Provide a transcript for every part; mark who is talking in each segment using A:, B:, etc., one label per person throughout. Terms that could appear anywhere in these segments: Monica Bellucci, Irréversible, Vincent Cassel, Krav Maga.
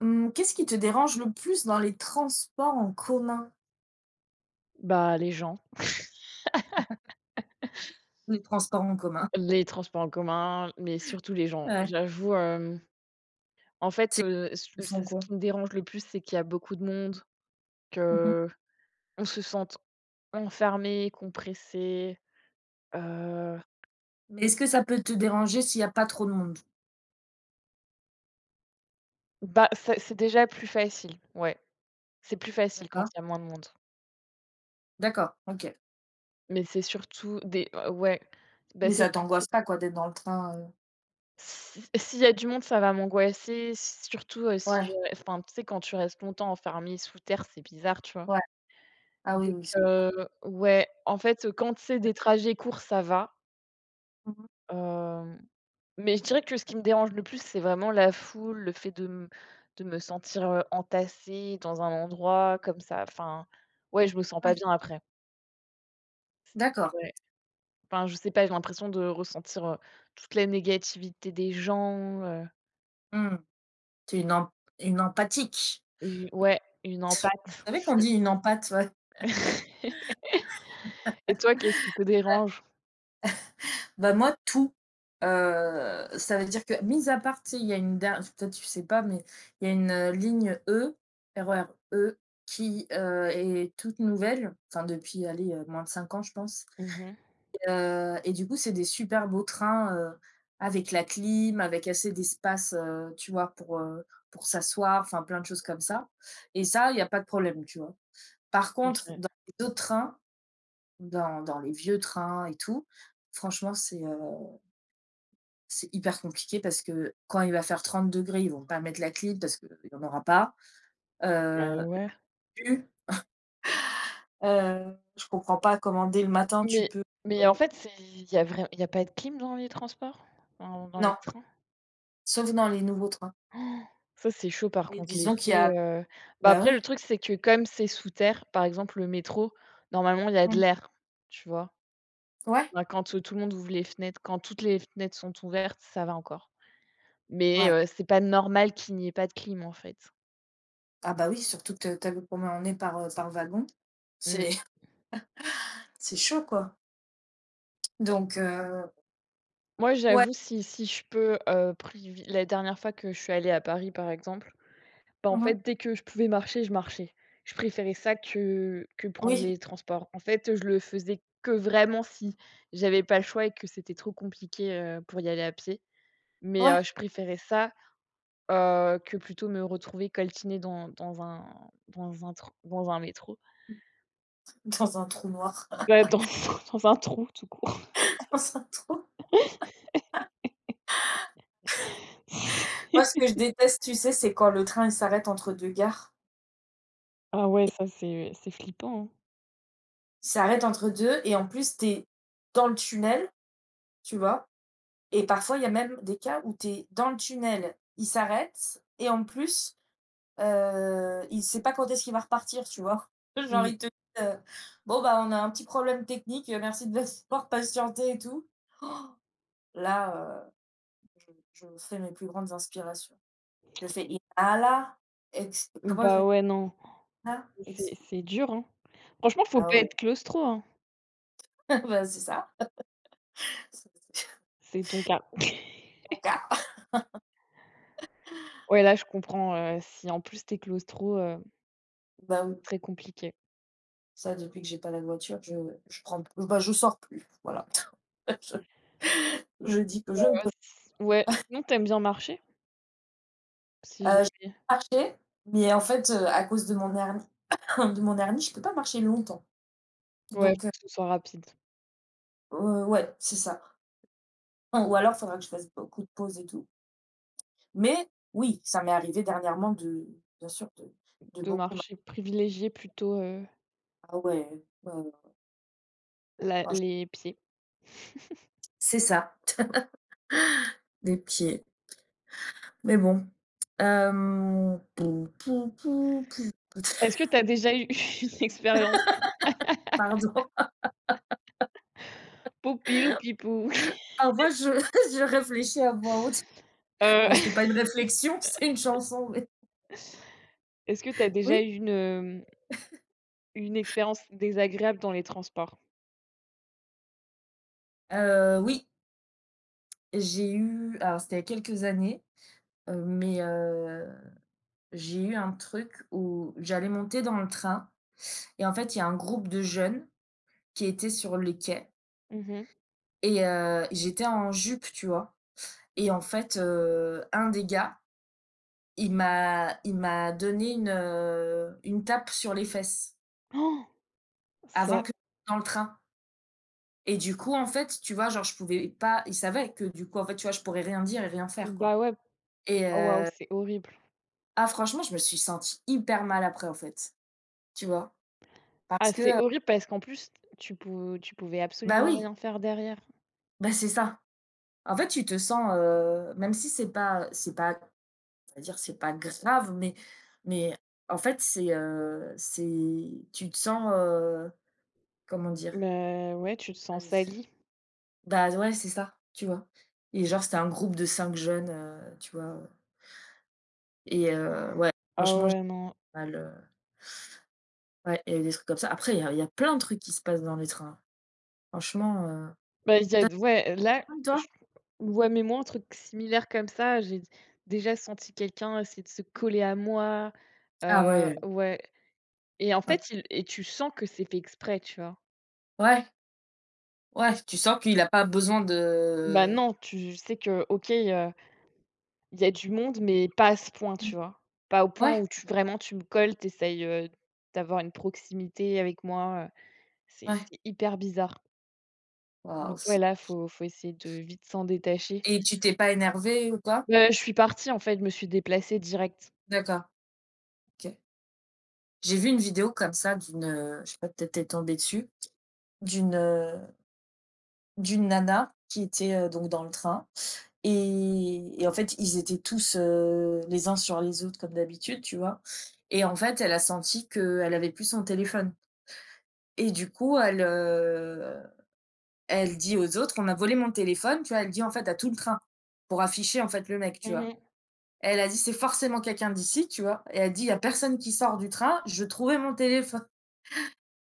A: Mmh, qu'est-ce qui te dérange le plus dans les transports en commun?
B: Bah, les gens,
A: Les transports en commun,
B: les transports en commun, mais surtout les gens.
A: ouais.
B: J'avoue, en fait,
A: C'est
B: ce
A: Ils font
B: ce ce
A: quoi?
B: qui me dérange le plus, c'est qu'il y a beaucoup de monde,
A: Mmh.
B: que on se sente enfermé, compressé, heu,
A: Mais est-ce que ça peut te déranger s'il y a pas trop de monde?
B: Bah, c'est déjà plus facile, ouais. C'est plus facile quand
A: D'accord,
B: il y a moins de monde.
A: d'accord, OK.
B: Mais c'est surtout des ouais, bah,
A: Mais
B: c'est
A: ça t'angoisse pas quoi d'être dans le train?
B: si s'il y a du monde, ça va m'angoisser, surtout, si
A: Ouais,
B: je enfin, tu sais, quand tu restes longtemps enfermé sous terre, c'est bizarre, tu vois?
A: ouais. Ah oui,
B: Donc,
A: oui. s
B: ouais, en fait, quand c'est des trajets courts, ça va,
A: Mmh.
B: hem, mais je dirais que ce qui me dérange le plus, c'est vraiment la foule, le fait de me sentir, entassée dans un endroit comme ça, enfin, ouais, je me sens pas
A: Ouais,
B: bien après.
A: d'accord.
B: Ouais, enfin, je sais pas, j'ai l'impression de ressentir, toute la négativité des gens,
A: Mmh. Tu es une empathique.
B: u ouais, une empâte.
A: Vous savez qu'on dit une empathe, ouais?
B: Et toi, qu'est-ce qui te dérange?
A: Bah, moi, tout. Ça veut dire que, mis à part, tu sais, il y a une dernière peut-être tu sais pas, mais il y a une, ligne E, R O R E, qui, est toute nouvelle, enfin depuis, allez, moins de 5 ans, je pense.
B: Mmh.
A: Et du coup, c'est des super beaux trains, avec la clim, avec assez d'espace, tu vois, pour s'asseoir, enfin plein de choses comme ça, et ça, il y a pas de problème, tu vois? Par contre,
B: OK.
A: dans les autres trains, dans les vieux trains et tout, franchement, c'est hyper compliqué parce que quand il va faire 30 degrés, ils vont pas mettre la clim parce qu'il y en aura pas.
B: Bah,
A: Heu,
B: ouais.
A: tu, je comprends pas comment dès le matin tu
B: Mais
A: peux,
B: mais
A: heu
B: en fait, c'est il y a pas de clim dans les transports? Dans les
A: non,
B: trains?
A: sauf dans les nouveaux trains.
B: Ça, c'est chaud par
A: Et
B: contre
A: disons qu'il y
B: l'été.
A: a
B: Bah,
A: bah,
B: après le
A: ouais,
B: truc, c'est que comme c'est sous terre, par exemple le métro, normalement il y a de
A: mmh,
B: l'air, tu vois?
A: ouais,
B: Bah, quand, tout le monde ouvre les fenêtres, quand toutes les fenêtres sont ouvertes, ça va encore. Mais,
A: ouais.
B: c'est pas normal qu'il n'y ait pas de clim en fait.
A: Ah bah, oui, surtout que tu vu combien on est par wagon.
B: Mmh.
A: C'est c'est chaud, quoi. Donc
B: Moi,
A: ouais,
B: j'avoue, si je peux, privi la dernière fois que je suis allée à Paris, par exemple, bah, en fait,
A: mmh
B: dès que je pouvais marcher, je marchais. Je préférais ça que prendre
A: oui,
B: les transports. En fait, je le faisais que vraiment si j'avais pas le choix et que c'était trop compliqué, pour y aller à pied. Mais,
A: ouais,
B: je préférais ça, que plutôt me retrouver coltinée dans un métro.
A: dans un trou noir,
B: Bah, dans dans un trou tout court.
A: dans un trou. Moi, ce que je déteste, tu sais, c'est quand le train il s'arrête entre 2 gares.
B: Ah ouais, ça c'est flippant, hein.
A: Ça arrête entre 2 et en plus, tu es dans le tunnel, tu vois? Et parfois, il y a même des cas où tu es dans le tunnel, il s'arrête et en plus, il sait pas quand est-ce qu'il va repartir, tu vois? Genre,
B: Mmh.
A: ils te disent: «Bon, bah, on a un petit problème technique, merci de avoir patienté et tout». Là, je fais mes plus grandes inspirations. Je fais inhala, ex comment il
B: Bah,
A: fait
B: ouais, non,
A: ça?
B: c'est
A: Ex
B: c'est dur, hein. Franchement, faut
A: Ah
B: pas
A: ouais,
B: être claustro, hein.
A: bah, c'est ça. C'est
B: C'est ton cas.
A: mon cas.
B: Ouais, là, je comprends, si en plus t'es es claustro,
A: Bah, oui.
B: très compliqué.
A: Ça, depuis que j'ai pas la voiture, je prends plus bah, je sors plus, voilà. Je je dis que je ne
B: Heu,
A: peux
B: s ouais, sinon t'aimes bien marcher? Si
A: je
B: jamais?
A: marcher, mais en fait, à cause de mon hernie de mon hernie, je peux pas marcher longtemps.
B: Ouais,
A: Donc,
B: faut que ce soit rapide.
A: ouais, c'est ça. Enfin, ou alors, faudra que je fasse beaucoup de pauses et tout. Mais oui, ça m'est arrivé dernièrement de bien sûr, de
B: De
A: beaucoup mar,
B: marcher, privilégier plutôt,
A: ah ouais, ouais, ouais,
B: la
A: franch
B: les pieds.
A: c'est ça, des pieds. Mais bon, pou pou pou pou
B: Est-ce que t'as déjà eu une expérience
A: pardon.
B: poupilou pipou?
A: Parfois, je je réfléchis à voix haute.
B: Heu,
A: Bon, c'était pas une réflexion, c'était une chanson, mais
B: Est-ce que t'as déjà
A: oui,
B: eu une expérience désagréable dans les transports?
A: heu, oui, j'ai eu, alors c'était il y a quelques années, mais j'ai eu un truc où j'allais monter dans le train et en fait, il y a un groupe de jeunes qui étaient sur les quais,
B: Mmh mh.
A: et j'étais en jupe, tu vois? Et en fait, un des gars, il m'a donné une tape sur les fesses, avant
B: Ça
A: que dans le train. Et du coup, en fait, tu vois, genre, je pouvais pas, il savait que du coup, en fait, tu vois, je pourrais rien dire et rien faire, quoi.
B: bah, ouais.
A: Et
B: Oh waouh, c'est horrible.
A: ah franchement, je me suis sentie hyper mal après, en fait, tu vois?
B: Ah,
A: Parce
B: c'est
A: que,
B: horrible parce qu'en plus, tu pouvais
A: bah
B: absolument
A: oui,
B: rien faire derrière.
A: bah, c'est ça. En fait, tu te sens, même si c'est pas c'est à dire, c'est pas grave, mais en fait, c'est tu te sens, comment dire?
B: Bah, ouais, tu te sens sali.
A: Bah, ouais, c'est ça, tu vois? Et genre, c'était un groupe de 5 jeunes, tu vois? Et ouais,
B: Ah
A: franchement, j'ai
B: ouais, non.
A: mal. Ouais, il y a eu des trucs comme ça. Après, il y a plein de trucs qui se passent dans les trains. Franchement,
B: Bah, il y a ouais, là,
A: même toi?
B: je ouais, mais moi, un truc similaire comme ça, j'ai déjà senti quelqu'un essayer de se coller à moi,
A: Ah ouais, ouais.
B: ouais, et en
A: Ah
B: fait, il et tu sens que c'est fait exprès, tu vois?
A: ouais, ouais, tu sens qu'il a pas besoin
B: Bah,
A: de
B: non, tu sais que OK, il y a du monde, mais pas à ce point,
A: mmh,
B: tu vois? Pas au point
A: ouais,
B: où tu vraiment, tu me colles, t'essayes, d'avoir une proximité avec moi, c'est
A: ouais.
B: c'est hyper bizarre.
A: Waouh,
B: Donc ouais,
A: c'est
B: là, faut essayer de vite s'en détacher.
A: et tu t'es pas énervée ou quoi?
B: Bah, je suis partie, en fait, je me suis déplacée direct.
A: D'accord, OK. J'ai vu une vidéo comme ça d'une, je sais pas, peut-être tu es tombée dessus, d'une, d'une nana qui était, donc dans le train, et en fait, ils étaient tous, les uns sur les autres comme d'habitude, tu vois? Et en fait, elle a senti qu'elle avait plus son téléphone. Et du coup, elle dit aux autres: «On a volé mon téléphone», tu vois? Elle dit, en fait, à tout le train pour afficher, en fait, le mec, tu
B: Mmh
A: vois?
B: mh.
A: Elle a dit: «C'est forcément quelqu'un d'ici», tu vois? Et elle dit: «Il y a personne qui sort du train, je trouvais mon téléphone»,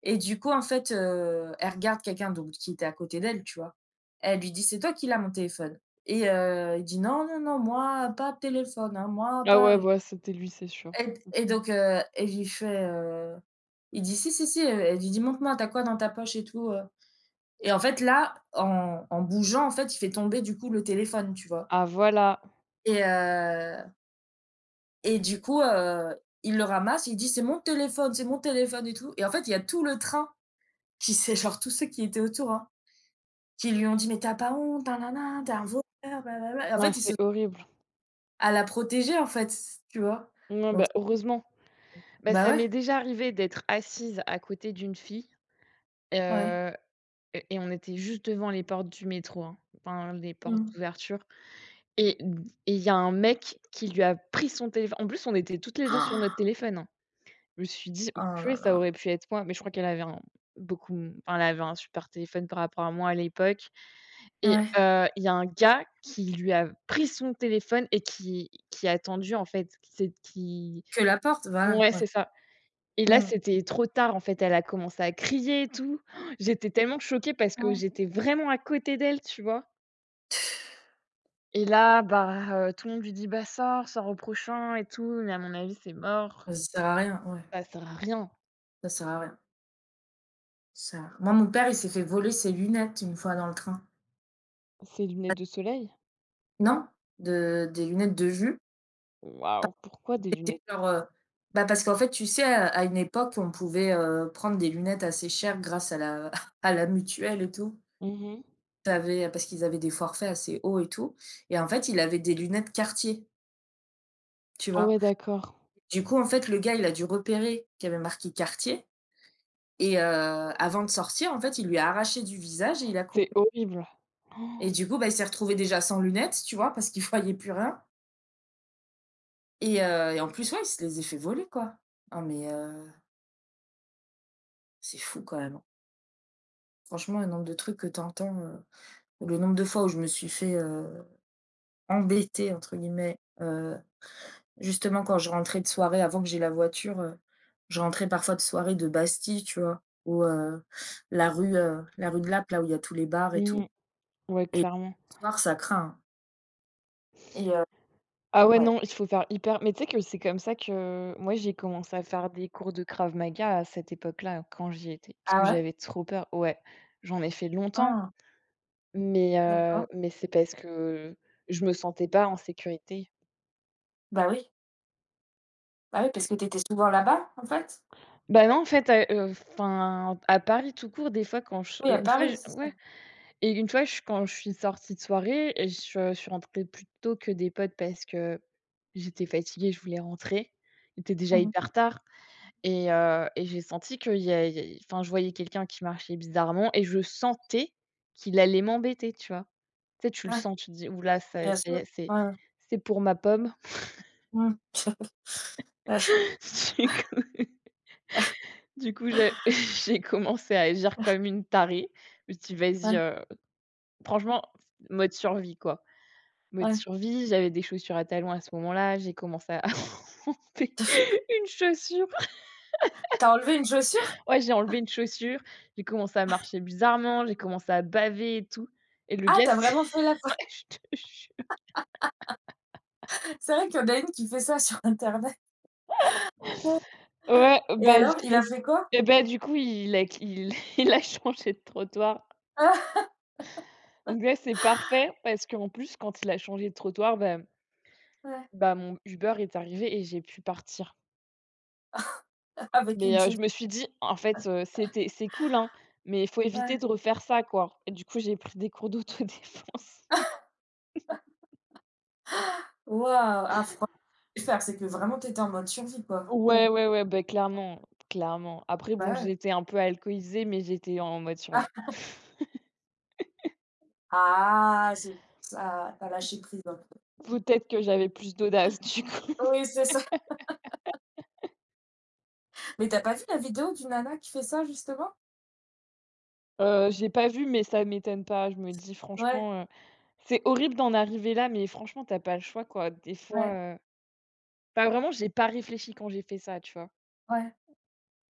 A: et du coup, en fait, elle regarde quelqu'un donc qui était à côté d'elle, tu vois? Elle lui dit: «C'est toi qui l'as mon téléphone», et il dit: «Non, non, non, moi, pas de téléphone, hein, moi,
B: Ah
A: pas»,
B: ouais, bah, c'était lui, c'est sûr.
A: et
B: D'accord.
A: donc elle lui fait, il dit: «Si, si, si», elle lui dit: «Montre-moi, t'as quoi dans ta poche et tout?» Et en fait, là, en, en bougeant, en fait, il fait tomber du coup le téléphone, tu vois.
B: Ah voilà!
A: Et, euh, et du coup, il le ramasse, il dit: «C'est mon téléphone, c'est mon téléphone» et tout. Et en fait, il y a tout le train qui c'est genre tous ceux qui étaient autour, hein, qui lui ont dit: «Mais t'as pas honte, nanana, t'es un voleur, blablabla». Et en
B: Ah,
A: fait, ils
B: c'est
A: se
B: horrible.
A: à la protéger en fait, tu vois.
B: Non,
A: Donc
B: bah, heureusement. Bah,
A: bah
B: ça
A: ouais,
B: m'est déjà arrivé d'être assise à côté d'une fille, heu,
A: ouais.
B: et on était juste devant les portes du métro, hein, enfin les portes
A: Mmh.
B: d'ouverture, et il y a un mec qui lui a pris son téléphone. En plus, on était toutes les 2 sur notre
A: Ah,
B: téléphone, hein. Je me suis dit:
A: oh
B: «Purée,
A: là
B: ça
A: là.
B: aurait pu être moi», mais je crois qu'elle avait un beaucoup m enfin, elle avait un super téléphone par rapport à moi à l'époque. Et,
A: Ouais.
B: il y a un gars qui lui a pris son téléphone et qui a attendu, en fait, c'est qui
A: Que la porte, voilà,
B: ouais,
A: ouais.
B: c'est ça. Et là,
A: Mmh.
B: c'était trop tard, en fait, elle a commencé à crier et tout. J'étais tellement choquée parce que
A: Mmh.
B: j'étais vraiment à côté d'elle, tu vois? Et là, bah, tout le monde lui dit: «Bah, sors, sors au prochain et tout», mais à mon avis, c'est mort.
A: Ça sert à rien, ouais.
B: Ça sert à rien.
A: Ça sert à rien. Ça, moi, mon père, il s'est fait voler ses lunettes une fois dans le train.
B: Ces
A: Ah,
B: lunettes de soleil?
A: non, de des lunettes de vue.
B: Waouh, pourquoi des
A: C'était
B: lunettes?
A: genre, bah, parce qu'en fait, tu sais, à une époque, on pouvait, prendre des lunettes assez chères grâce à la à la mutuelle et tout.
B: Mmh.
A: Tu avais, parce qu'ils avaient des forfaits assez hauts et tout, et en fait, il avait des lunettes Cartier, tu
B: Ah
A: vois?
B: ouais, d'accord.
A: Du coup, en fait, le gars, il a dû repérer qu'il y avait marqué Cartier, et avant de sortir, en fait, il lui a arraché du visage et il a coupé,
B: C'est horrible.
A: et du coup, bah, il s'est retrouvé déjà sans lunettes, tu vois? Parce qu'il voyait plus rien. Et en plus, ouais, il se les a fait voler, quoi. Non mais c'est fou quand même, hein. Franchement, le nombre de trucs que tu entends, le nombre de fois où je me suis fait, «embêter» entre guillemets, justement quand je rentrais de soirée avant que j'ai la voiture, je rentrais parfois de soirée de Bastille, tu vois? Ou la rue de Lappe, là où il y a tous les bars et
B: Mmh.
A: tout,
B: Ouais,
A: et le
B: clairement.
A: soir, ça craint, hein, et
B: Ah ouais, non,
A: ouais.
B: il faut faire hyper, mais tu sais que c'est comme ça que moi j'ai commencé à faire des cours de Krav Maga à cette époque-là, quand j'y étais, parce que
A: Ah ouais?
B: j'avais trop peur. Ouais, j'en ai fait longtemps,
A: Ah,
B: mais, heu,
A: d'accord.
B: mais c'est parce que je me sentais pas en sécurité.
A: Bah oui. Bah oui, parce que t'étais souvent là-bas, en fait?
B: Bah non, en fait, à enfin, à Paris tout court, des fois quand je
A: Oui, à
B: une fois
A: Paris,
B: je
A: c'est
B: ouais,
A: ça.
B: et une fois je quand je suis sortie de soirée, et je suis rentrée plus tôt que des potes parce que j'étais fatiguée, je voulais rentrer. Il était déjà
A: Mmh.
B: hyper tard. Et, j'ai senti qu'il y a y a enfin, je voyais quelqu'un qui marchait bizarrement et je sentais qu'il allait m'embêter, tu vois? Tu sais, tu le
A: Ouais.
B: sens, tu te dis: «Ouh là, ça
A: Bien
B: ça y
A: sûr.
B: est, c'est
A: Ouais, ouais.
B: c'est pour ma pomme».
A: Mmh. Ouais,
B: Du coup du coup, j'ai j'ai commencé à agir comme une tarée. Je me suis dit: «Vas-y»,
A: ouais,
B: franchement, mode survie, quoi. Mode
A: ouais.
B: survie, j'avais des chaussures à talons à ce moment-là, j'ai commencé à monter une chaussure.
A: Tu as enlevé une chaussure?
B: Ouais, j'ai enlevé une chaussure, j'ai commencé à marcher bizarrement, j'ai commencé à baver et tout, et le
A: Ah,
B: gars,
A: tu as
B: c'est
A: vraiment fait la fois,
B: je te jure.
A: c'est vrai qu'il y en a une qui fait ça sur internet,
B: Ouais,
A: et
B: bah,
A: alors, il
B: je
A: a fait quoi?
B: et bah, du coup, il a il il a changé de trottoir.
A: Ah!
B: Donc là, c'est parfait parce qu'en plus, quand il a changé de trottoir, bah
A: Ouais,
B: bah, mon Uber est arrivé et j'ai pu partir.
A: avec
B: Mais,
A: une chaussure.
B: je me suis dit: «En fait, c'est cool, hein, mais il faut éviter
A: Ouais.
B: de refaire ça, quoi», et du coup, j'ai pris des cours d'autodéfense.
A: Waouh! Ah fran faire, c'est que vraiment tu étais en mode survie, quoi,
B: Ouais,
A: pour
B: ouais, ouais, beh, clairement, clairement. Après bon,
A: bah, ouais.
B: j'étais un peu alcoolisée, mais j'étais en mode survie.
A: Ah, c'est pour ça, t'as lâché prise un peu.
B: Peut-être que j'avais plus d'audace du coup.
A: Oui, c'est ça. Mais t'as pas vu la vidéo d'une nana qui fait ça, justement?
B: J'ai pas vu, mais ça m'étonne pas. Je me dis
A: Ouais,
B: franchement, c'est horrible d'en arriver là, mais franchement, t'as pas le choix, quoi. Des
A: ouais,
B: fois, enfin vraiment, j'ai pas réfléchi quand j'ai fait ça, tu vois?
A: ouais.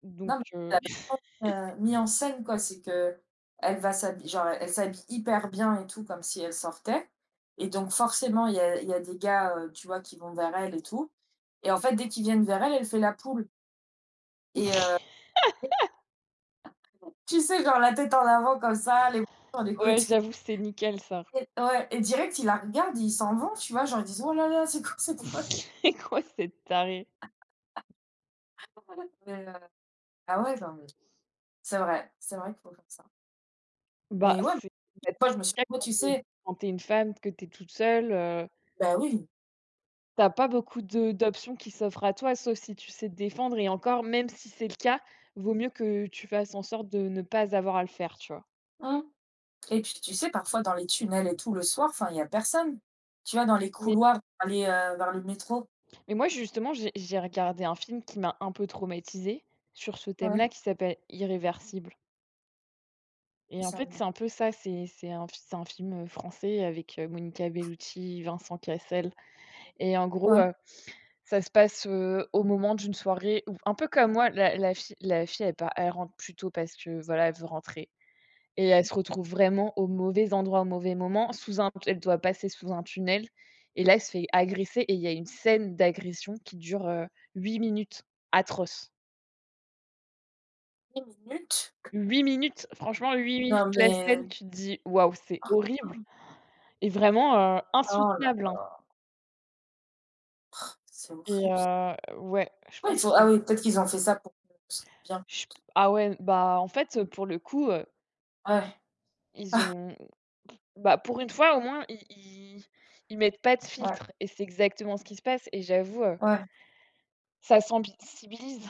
B: Donc,
A: Non mais Mis en scène quoi, c'est que elle va s'habiller, genre elle s'habille hyper bien et tout comme si elle sortait, et donc forcément il y a des gars, tu vois, qui vont vers elle et tout, et en fait dès qu'ils viennent vers elle, elle fait la poule, et tu sais, genre la tête en avant comme ça, les bras sur les
B: ouais,
A: côtés,
B: j'avoue, c'est nickel ça.
A: et ouais, et direct ils la regardent et ils s'en vont, tu vois? Genre ils disent: «Oh là là, c'est quoi cette folle?»
B: C'est quoi cette tarée?
A: Mais ah ouais, genre mais c'est vrai qu'il faut faire ça.
B: Bah,
A: Mais ouais,
B: bah,
A: moi je me suis retrouvée,
B: quand
A: tu
B: t'es
A: sais,
B: quand tu une femme, que t'es toute seule,
A: bah oui.
B: t'as pas beaucoup de d'options qui s'offrent à toi, sauf si tu sais te défendre, et encore, même si c'est le cas, vaut mieux que tu fasses en sorte de ne pas avoir à le faire, tu vois?
A: Mmh. Et puis, tu sais, parfois dans les tunnels et tout, le soir, enfin, il y a personne. Tu vas dans les
B: Mais
A: couloirs pour aller, vers le métro.
B: mais moi, justement, j'ai regardé un film qui m'a un peu traumatisée sur ce
A: Ouais,
B: thème-là, qui s'appelle Irréversible, et en
A: ça
B: fait,
A: me
B: c'est un peu ça, c'est un film, français, avec, Monica Bellucci, Vincent Cassel, et en gros,
A: ouais,
B: ça se passe, au moment d'une soirée où, un peu comme moi, la fille, elle rentre plus tôt parce que, voilà, elle veut rentrer. Et elle se retrouve vraiment au mauvais endroit, au mauvais moment, sous un elle doit passer sous un tunnel, et là, elle se fait agresser, et il y a une scène d'agression qui dure, 8 minutes, atroce.
A: 10 minutes.
B: 8 minutes, franchement 8 minutes
A: Non,
B: la
A: mais
B: scène, tu te dis: «Waouh, c'est horrible», et vraiment,
A: oh là
B: insoutenable, hein.
A: là, c'est
B: Et,
A: horrible ça.
B: ouais, je
A: Ouais, il
B: pense
A: faut ah
B: qu'ils
A: oui, peut-être qu'ils ont fait ça pour qu'on se sente bien.
B: je ah ouais, bah, en fait, pour le coup,
A: Ouais,
B: ils ont bah, pour une fois, au moins, ils mettent pas de
A: ouais,
B: filtre et c'est exactement ce qui se passe, et j'avoue,
A: ouais.
B: ça sensibilise.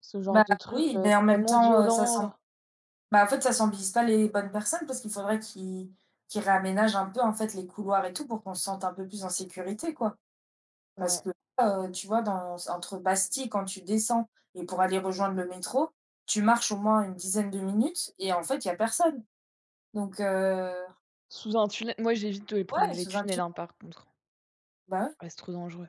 B: Ce genre
A: Bah,
B: de truc,
A: oui, mais
B: c'est
A: en même
B: tellement
A: temps, ça sent
B: violent.
A: bah, en fait, ça sensibilise pas les bonnes personnes parce qu'il faudrait qu'ils réaménagent un peu, en fait, les couloirs et tout, pour qu'on se sente un peu plus en sécurité, quoi. Parce
B: Ouais,
A: que là, tu vois, dans entre Bastille, quand tu descends et pour aller rejoindre le métro, tu marches au moins une dizaine de minutes et en fait, il y a personne. Donc
B: sous un tunnel moi j'évite de prendre
A: ouais,
B: les
A: sous un
B: tunnels,
A: tunnel,
B: hein, par contre.
A: bah, ouais.
B: Ah, c'est trop dangereux.